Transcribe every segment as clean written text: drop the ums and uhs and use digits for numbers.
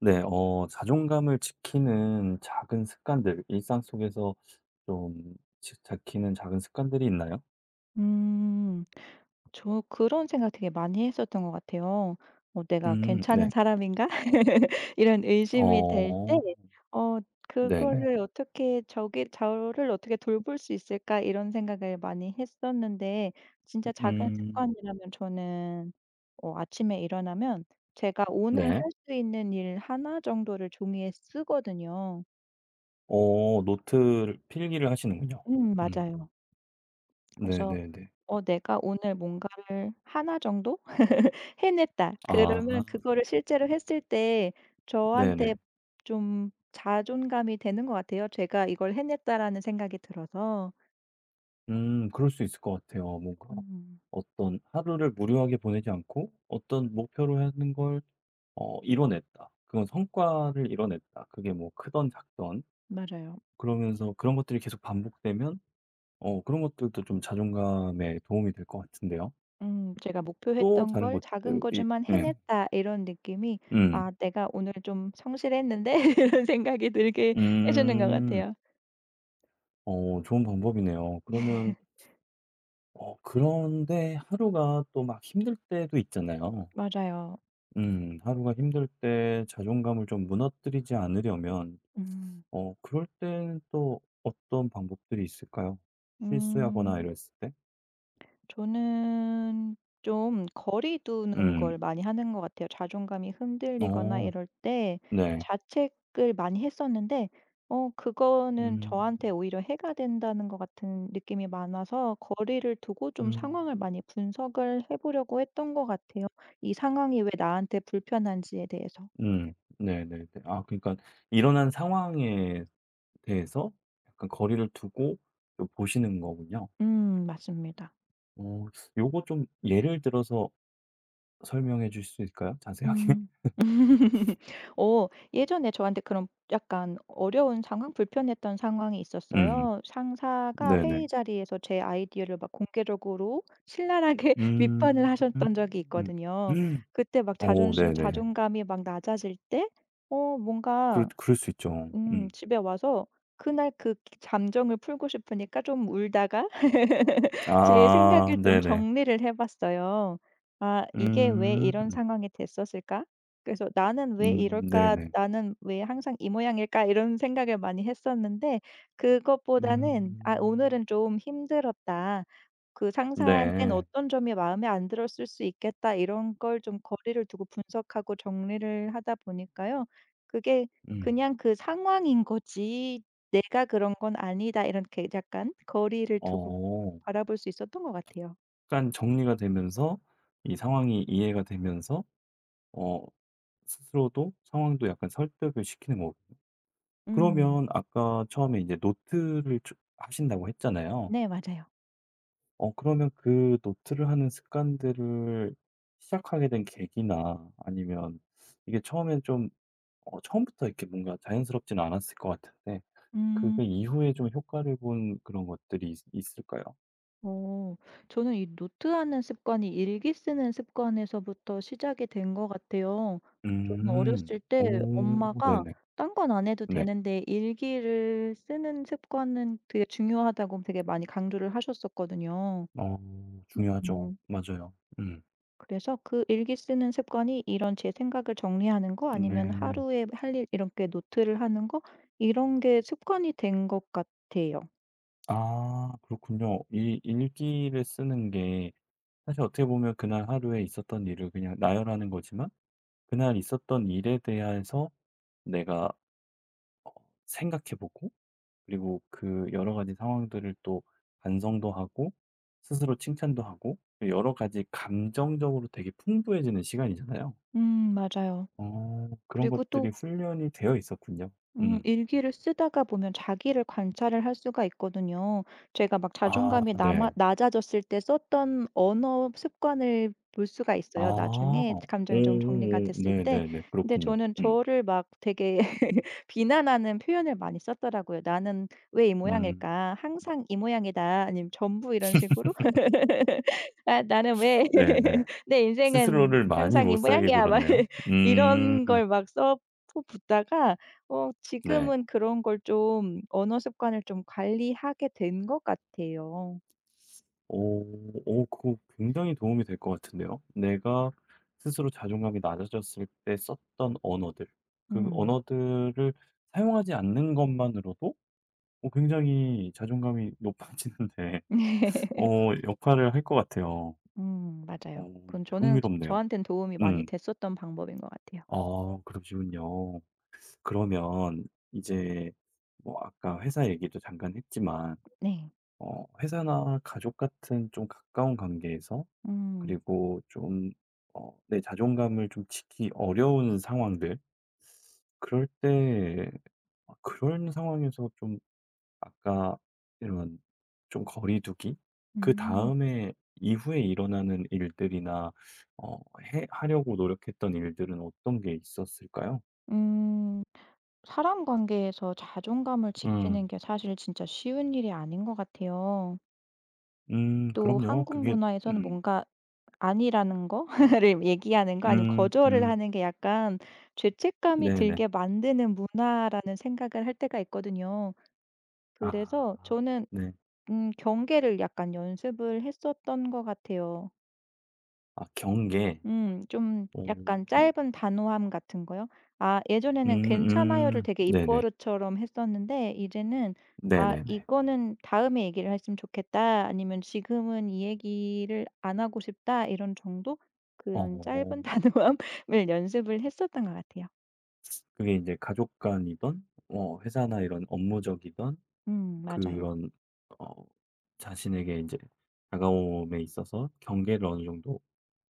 네. 자존감을 지키는 작은 습관들, 일상 속에서 좀 지 지키는 작은 습관들이 있나요? 음. 저 그런 생각 되게 많이 했었던 것 같아요. '내가 음, 괜찮은 네. 사람인가?' 이런 의심이 될 때 어, 어 네네. 그거를 어떻게 저기 '저를 어떻게 돌볼 수 있을까?' 이런 생각을 많이 했었는데 진짜 작은 음, 습관이라면 저는 아침에 일어나면 제가 오늘 할 네. 수 있는 일 하나 정도를 종이에 쓰거든요. 노트를 필기를 하시는군요. 음. 맞아요. 그래서 네네네. '내가 오늘 뭔가를 하나 정도 해냈다.' 아, 그러면 그거를 실제로 했을 때 저한테 네네. 좀 자존감이 되는 것 같아요. '제가 이걸 해냈다.'라는 생각이 들어서. 음, 그럴 수 있을 것 같아요. 뭔가 음 어떤 하루를 무료하게 보내지 않고 어떤 목표로 하는 걸 이뤄냈다. 그건 성과를 이뤄냈다. 그게 뭐크던작던, 맞아요. 그러면서 그런 것들이 계속 반복되면 그런 것들도 좀 자존감에 도움이 될 것 같은데요. 제가 또 목표했던 다른 걸 '작은 것들이, 거지만 예. 해냈다.' 이런 느낌이 음. '아 내가 오늘 좀 성실했는데?' 이런 생각이 들게 해 주는 것 음. 같아요. 좋은 방법이네요. 그러면 그런데 하루가 또 막 힘들 때도 있잖아요. 맞아요. 음. 하루가 힘들 때 자존감을 좀 무너뜨리지 않으려면, 음. 그럴 때는 또 어떤 방법들이 있을까요? 실수하거나 음. 이랬을 때? 저는 좀 거리 두는 걸 음. 많이 하는 것 같아요. 자존감이 흔들리거나 어. 이럴 때 네. 자책을 많이 했었는데 그거는 음. 저한테 오히려 해가 된다는 것 같은 느낌이 많아서 거리를 두고 좀 상황을 음. 많이 분석을 해 보려고 했던 것 같아요. 이 상황이 왜 나한테 불편한지에 대해서. 음. 네네네. 아, 그러니까 일어난 상황에 대해서 약간 거리를 두고 좀 보시는 거군요. 맞습니다. 어, 요거 좀 예를 들어서 설명해 주실 수 있을까요? 자세하게? 음. 예전에 저한테 그런 약간 어려운 상황, 불편했던 상황이 음. 있었어요. 상사가 네네. 회의 자리에서 제 아이디어를 막 공개적으로 신랄하게 비판을 음. 하셨던 적이 있거든요. 음. 그때 막 어, 자존심 네네. 자존감이 막 낮아질 때 어 그럴 뭔가 그럴 수 있죠. 음. 집에 와서 그날 그기정을 풀고 싶으니까 좀 울다가 제 아, 생각을 좀 네네. 정리를 해 봤어요. '아 이게 왜 음. 이런 상황이 됐었을까? 그래서 나는 왜 음, 이럴까? 네네. 나는 왜 항상 이 모양일까?' 이런 생각을 많이 했었는데 그것보다는 '아 음. 오늘은 좀 힘들었다. 그 '상사한테는 네. 어떤 점이 마음에 안 들었을 수 있겠다.' 이런 걸 좀 거리를 두고 분석하고 정리를 하다 보니까요. 그게 음. 그냥 그 상황인 거지 '내가 그런 건 아니다.' 이렇게 약간 거리를 두고 어. 바라볼 수 있었던 것 같아요. 약간 정리가 되면서 이 상황이 이해가 되면서 어 스스로도 상황도 약간 설득을 시키는 거고. 음. 그러면 아까 처음에 이제 노트를 쭉 하신다고 했잖아요. 네 맞아요. 그러면 그 노트를 하는 습관들을 시작하게 된 계기나, 아니면 이게 처음엔 좀 처음부터 이렇게 뭔가 자연스럽지는 않았을 것 같은데, 음. 그게 이후에 좀 효과를 본 그런 것들이 있 있을까요? 어. 저는 이 노트하는 습관이 일기 쓰는 습관에서부터 시작이 된 것 같아요. 좀 음. 어렸을 때 오, 엄마가 네네. 딴 건 안 해도 네. 되는데 일기를 쓰는 습관은 되게 중요하다고 되게 많이 강조를 하셨었거든요. 어, 중요하죠. 음. 맞아요. 음. 그래서 그 일기 쓰는 습관이 이런 제 생각을 정리하는 거 아니면 네. 하루에 할 일 이렇게 노트를 하는 거 이런 게 습관이 된 것 같아요. 아, 그렇군요. 이 일기를 쓰는 게 사실 어떻게 보면 그날 하루에 있었던 일을 그냥 나열하는 거지만, 그날 있었던 일에 대해서 내가 생각해 보고, 그리고 그 여러 가지 상황들을 또 반성도 하고 스스로 칭찬도 하고 여러 가지 감정적으로 되게 풍부해지는 시간이잖아요. 맞아요. 어, 그런 그리고 것들이 또 훈련이 되어 있었군요. 음. 일기를 쓰다가 보면 자기를 관찰을 할 수가 있거든요. 제가 막 아, 네. 낮아졌을 때 썼던 언어 습관을 볼 수가 있어요. 아. 나중에 오, 감정이 좀 정리가 됐을 때. 네네네. 근데 그렇군요. 저는 음. 저를 막 되게 비난하는 표현을 많이 썼더라고요. 나는 왜 이 음. 모양일까? 항상 이 모양이다. 아니면 전부 이런 식으로 '아 나는 왜 네네. 내 인생은 스스로를 많이 항상 이 못 살게 모양이야.' 막 굴었네요. 이런 음. 걸 막 써 붙다가 네. 지금은 그런 걸 좀 언어 습관을 좀 관리하게 된 것 같아요. 오, 오, 그거 굉장히 도움이 될 것 같은데요. 내가 스스로 자존감이 낮아졌을 때 썼던 언어들. 그 음. 언어들을 사용하지 않는 것만으로도 굉장히 자존감이 높아지는데, 어, 역할을 할 것 같아요. 어, 맞아요. 그건 저는 흥미롭네요. 저한테는 도움이 많이 음. 됐었던 방법인 것 같아요. 아, 그러시군요. 그러면 이제 뭐 아까 회사 얘기도 잠깐 했지만 네. 회사나 가족 같은 좀 가까운 관계에서, 음. 그리고 좀 내 자존감을 좀 지키기 어려운 상황들, 그럴 때, 아 그런 상황에서 좀, 아까 이런 좀 거리 두기, 음. 그다음에 이후에 일어나는 일들이나 어 해 하려고 노력했던 일들은 어떤 게 있었을까요? 음. 사람 관계에서 자존감을 지키는 음. 게 사실 진짜 쉬운 일이 아닌 것 같아요. 음, 또 그럼요. 한국 그게 문화에서는 음. 뭔가 아니라는 거를 얘기하는 거 아니면 음, 거절을 하는 게 약간 죄책감이 네네. 들게 만드는 문화라는 생각을 할 때가 있거든요. 그래서 아, 저는 네. 경계를 약간 연습을 했었던 것 같아요. 아, 경계. 좀 약간 오, 짧은 단호함 같은 거요? 아 예전에는 음, "괜찮아요."를 되게 네네. 입버릇처럼 했었는데 이제는 '아 네네네. 이거는 다음에 얘기를 했으면 좋겠다.' 아니면 '지금은 이 얘기를 안 하고 싶다.' 이런 정도? 그런 어. 짧은 단호함을 연습을 했었던 것 같아요. 그게 이제 가족 간이던 회사나 이런 업무적이던 맞아요. 그런 어 자신에게 이제 다가옴에 있어서 경계를 어느 정도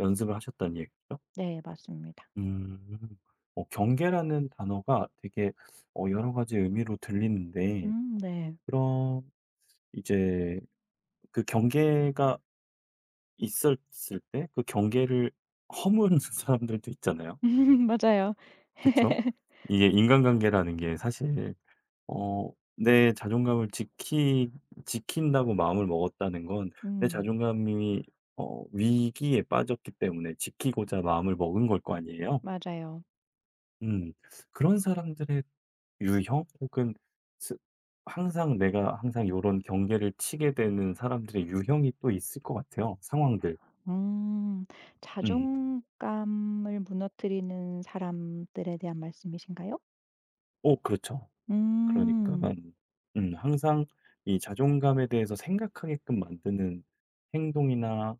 연습을 하셨다는 얘기죠? 네 맞습니다. 음. 어, 경계라는 단어가 되게 여러 가지 의미로 들리는데, 네. 그런 이제 그 경계가 있었을 때 그 경계를 허무는 사람들도 있잖아요. 맞아요. 그쵸? 이게 인간관계라는 게 사실 내 자존감을 지키 지킨다고 마음을 먹었다는 건, 내 음 자존감이 위기에 빠졌기 때문에 지키고자 마음을 먹은 걸 거 아니에요. 맞아요. 음. 그런 사람들의 유형, 혹은 스 항상 내가 항상 이런 경계를 치게 되는 사람들의 유형이 또 있을 것 같아요, 상황들. 음. 음. 자존감을 무너뜨리는 사람들에 대한 말씀이신가요? 어, 그렇죠. 그러니까 음. 음, 항상 이 자존감에 대해서 생각하게끔 만드는 행동이나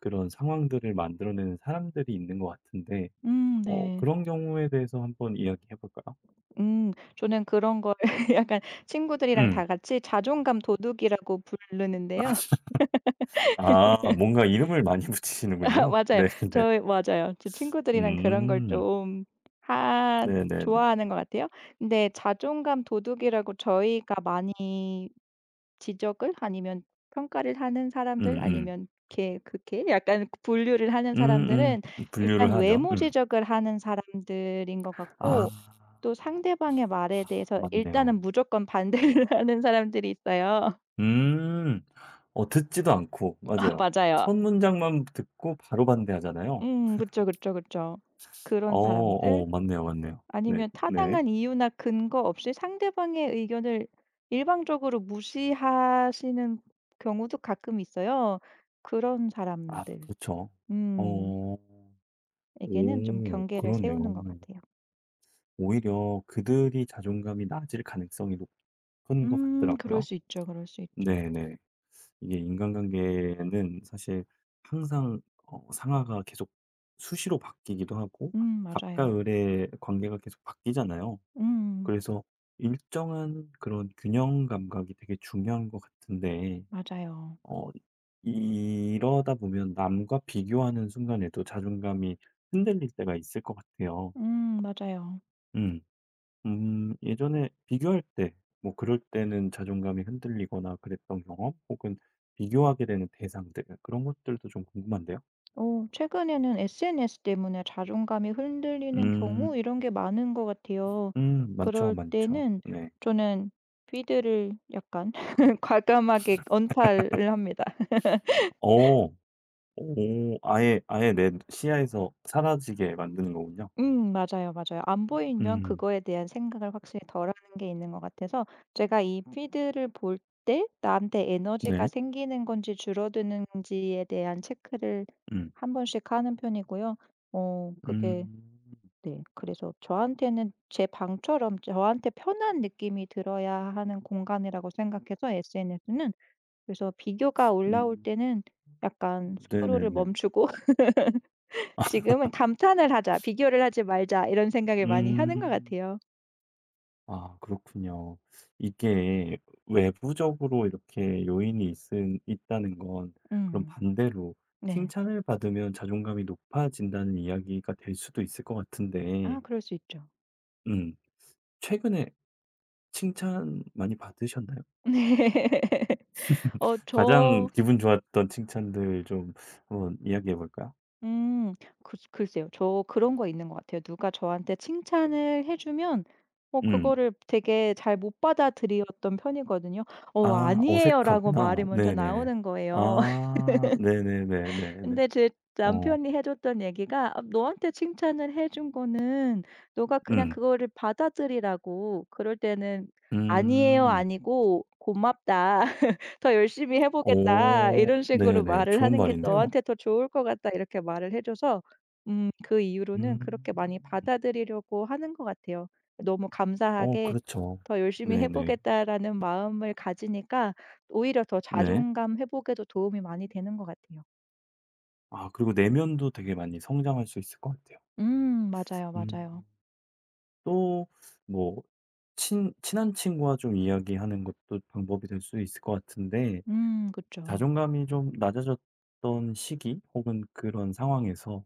그런 상황들을 만들어내는 사람들이 있는 것 같은데 네. 그런 경우에 대해서 한번 이야기해 볼까요? 음 저는 그런 걸 약간 친구들이랑 음. 다 같이 자존감 도둑이라고 부르는데요. 아, 뭔가 이름을 많이 붙이시는군요. 맞아요. 네네. 저희 맞아요. 제 친구들이랑 그런 걸 음. 좀 하 네네네. 좋아하는 것 같아요. 근데 자존감 도둑이라고 저희가 많이 지적을 아니면 평가를 하는 사람들 음음. 아니면 걔 약간 분류를 하는 음음. 사람들은 일단 분류를 하죠. 외모 음. 지적을 하는 사람들인 것 같고 아, 또 상대방의 말에 대해서 맞네요. 일단은 무조건 반대를 하는 사람들이 있어요. 음. 어, 듣지도 않고. 아 맞아요. 맞아요. 첫 문장만 듣고 바로 반대하잖아요. 그쵸, 그쵸, 그쵸. 어, 그런 사람들 어, 맞네요, 맞네요. 네. 아니면 네. 타당한 이유나 근거 없이 상대방의 의견을 일방적으로 무시하시는 경우도 가끔 있어요. 그런 아, 사람들. 그렇죠. 음. 어. 에게는 좀 오, 경계를 세우는 그러네요. 것 같아요. 오히려 그들이 자존감이 낮을 가능성이 높은 것 음. 그럴 같더라고요. 수 있죠, 그럴 수 있죠. 네네. 이게 인간관계는 사실 항상 상하가 계속 수시로 바뀌기도 하고 갑과 맞아요. 을의 관계가 계속 바뀌잖아요. 음 그래서 일정한 그런 균형 감각이 되게 중요한 것 같은데, 맞아요. 어 이러다 보면 남과 비교하는 순간에도 자존감이 흔들릴 때가 있을 것 같아요. 맞아요. 음. 음, 예전에 비교할 때 뭐 그럴 때는 자존감이 흔들리거나 그랬던 경험, 혹은 비교하게 되는 대상들, 그런 것들도 좀 궁금한데요. 최근에는 SNS 때문에 자존감이 흔들리는 경우 음. 이런 게 많은 것 같아요. 음, 많죠, 그럴 많죠. 때는 네. 저는 피드를 약간 과감하게 언팔을 합니다. 어. 오, 아예 아예 내 시야에서 사라지게 만드는 거군요. 맞아요, 맞아요. 안 보이면 음. 그거에 대한 생각을 확실히 덜 하는 게 있는 것 같아서 제가 이 피드를 볼 때 나한테 에너지가 네. 생기는 건지 줄어드는지에 대한 체크를 음. 한 번씩 하는 편이고요. 어 그게 음. 네 그래서 저한테는 제 방처럼 저한테 편한 느낌이 들어야 하는 공간이라고 생각해서 SNS는 그래서 비교가 올라올 음. 때는 약간 스크롤을 네네네. 멈추고 지금은 '감탄을 하자. 비교를 하지 말자.' 이런 생각을 많이 하는 것 음. 같아요. 아, 그렇군요. 이게 외부적으로 이렇게 요인이 있은 있다는 건, 그럼 음. 반대로 네. 칭찬을 받으면 자존감이 높아진다는 이야기가 될 수도 있을 것 아 같은데, 그럴 수 있죠. 음, 최근에 칭찬 많이 받으셨나요? 네. 어 가장 저 기분 좋았던 칭찬들 좀 한번 이야기해 볼까요? 음 글 글쎄요. 저 그런 거 있는 것 같아요. 누가 저한테 칭찬을 해 주면 음. 그거를 되게 잘 못 받아들였던 편이거든요. "어 아, 아니에요."라고 말이 어색하구나. 먼저 네네. 나오는 거예요. 아, 네네네네네. 근데 제 어, 남편이 해 줬던 얘기가 "아 너한테 칭찬을 해준 거는 너가 그냥 음. 그거를 받아들이라고. 그럴 때는 '아니에요. 음. 아니고 고맙다. 더 열심히 해 보겠다.' 이런 오. 식으로 네네. 말을 좋은 하는 게 말인데요. 너한테 더 좋을 것 같다." 이렇게 말을 해 줘서 그 이후로는 그렇게 많이 음. 받아들이려고 하는 것 같아요. 너무 어, 감사하게 그렇죠. '더 열심히 해 네네. 보겠다.'라는 마음을 가지니까 오히려 더 네. 자존감 회복에도 도움이 많이 되는 것 같아요. 아, 그리고 내면도 되게 많이 성장할 수 있을 것 같아요. 맞아요, 음. 맞아요. 또 뭐 친 친한 친구와 좀 이야기하는 것도 방법이 될 수 있을 것 같은데, 그쵸. 자존감이 좀 낮아졌던 시기 혹은 그런 상황에서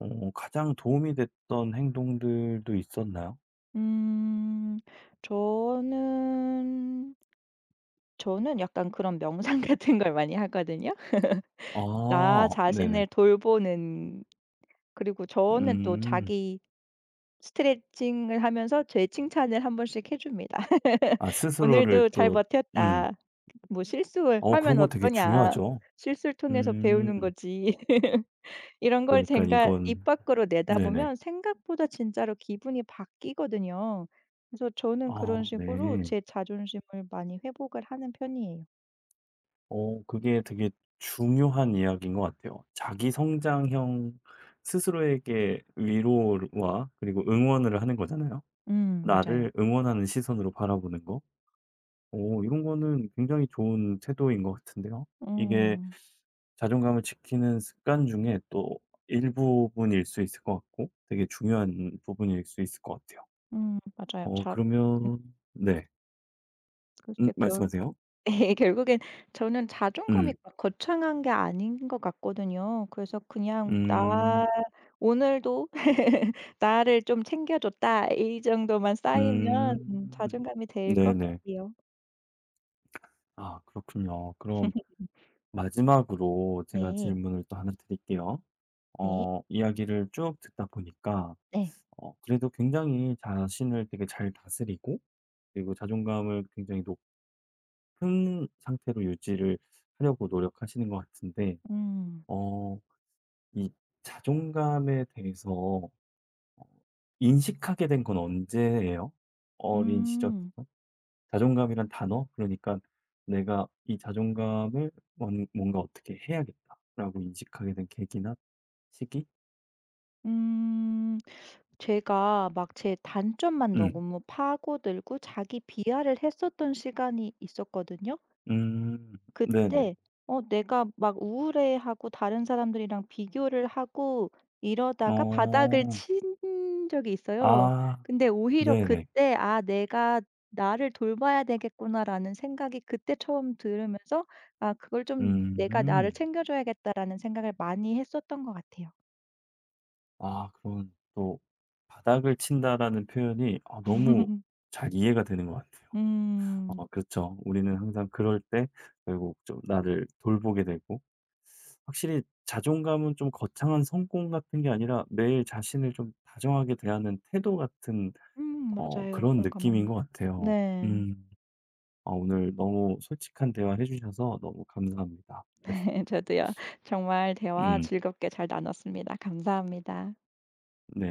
가장 도움이 됐던 행동들도 있었나요? 음 저는 저는 약간 그런 명상 같은 걸 많이 하거든요. 나 아, 네네. 자신을 돌보는 그리고 저는 또 음. 자기 스트레칭을 하면서 제 칭찬을 한 번씩 해 줍니다. 아, 스스로를 "오늘도 잘 또. 음. 버텼다. 뭐 실수를 어, 그런 하면 거 되게 어떠냐. 중요하죠. 실수를 통해서 음. 배우는 거지." 이런 걸 제 그러니까 가 입 이건. 밖으로 네네. 내다보면 생각보다 진짜로 기분이 바뀌거든요. 그래서 저는 아, 그런 네. 식으로 제 자존심을 많이 회복을 하는 편이에요. 어, 그게 되게 중요한 이야기인 것 같아요. 자기 성장형, 스스로에게 위로와 그리고 응원을 하는 거잖아요. 맞아요. 나를 응원하는 시선으로 바라보는 거. 오, 이런 거는 굉장히 좋은 태도인 것 같은데요. 이게 음. 자존감을 지키는 습관 중에 또 일부분일 수 있을 것 같고 되게 중요한 부분일 수 있을 것 같아요. 맞아요. 어, 자 그러면 네. 음, 글쎄 결 말씀하세요. 예 결국엔 저는 자존감이 음. 막 거창한 게 아닌 것 같거든요. 그래서 그냥 '나 음. 오늘도 나를 좀 챙겨 줬다.' 이 정도만 쌓이면 음. 자존감이 될 것 네네. 같아요. 아, 그렇군요. 그럼 마지막으로 제가 네. 질문을 또 하나 드릴게요. 네. 어, 이야기를 쭉 듣다 보니까 네. 그래도 굉장히 자신을 되게 잘 다스리고 그리고 자존감을 굉장히 높은 상태로 유지를 하려고 노력하시는 것 같은데, 음. 어 이 자존감에 대해서 어 인식하게 된 건 언제예요? 어린 음. 시절부터? 자존감이란 단어? 그러니까 '내가 이 자존감을 뭔 뭔가 어떻게 해야겠다.'라고 인식하게 된 계기나 시기? 음. 제가 막 제 단점만 음. 너무 파고들고 자기 비하를 했었던 시간이 있었거든요. 음. 네네. 그때 내가 막 우울해하고 다른 사람들이랑 비교를 하고 이러다가 바닥을 어. 친 적이 있어요. 아. 근데 오히려 네네. 그때 '아 내가 나를 돌봐야 되겠구나.'라는 생각이 그때 처음 들으면서 '아 그걸 좀 내가 나를 음. 챙겨줘야겠다.'라는 생각을 많이 했었던 것 같아요. 아, 그런 또 '바닥을 친다.'라는 표현이 아 너무 잘 이해가 되는 것 같아요. 음. 어, 그렇죠. 우리는 항상 그럴 때 결국 좀 나를 돌보게 되고, 확실히 자존감은 좀 거창한 성공 같은 게 아니라 매일 자신을 좀 다정하게 대하는 태도 같은 음 맞아요. 그런 느낌인 것 공감합니다. 같아요. 네. 음. 아, 오늘 너무 솔직한 대화 해 주셔서 너무 감사합니다. 네. 저도요. 정말 대화 음. 즐겁게 잘 나눴습니다. 감사합니다. 네.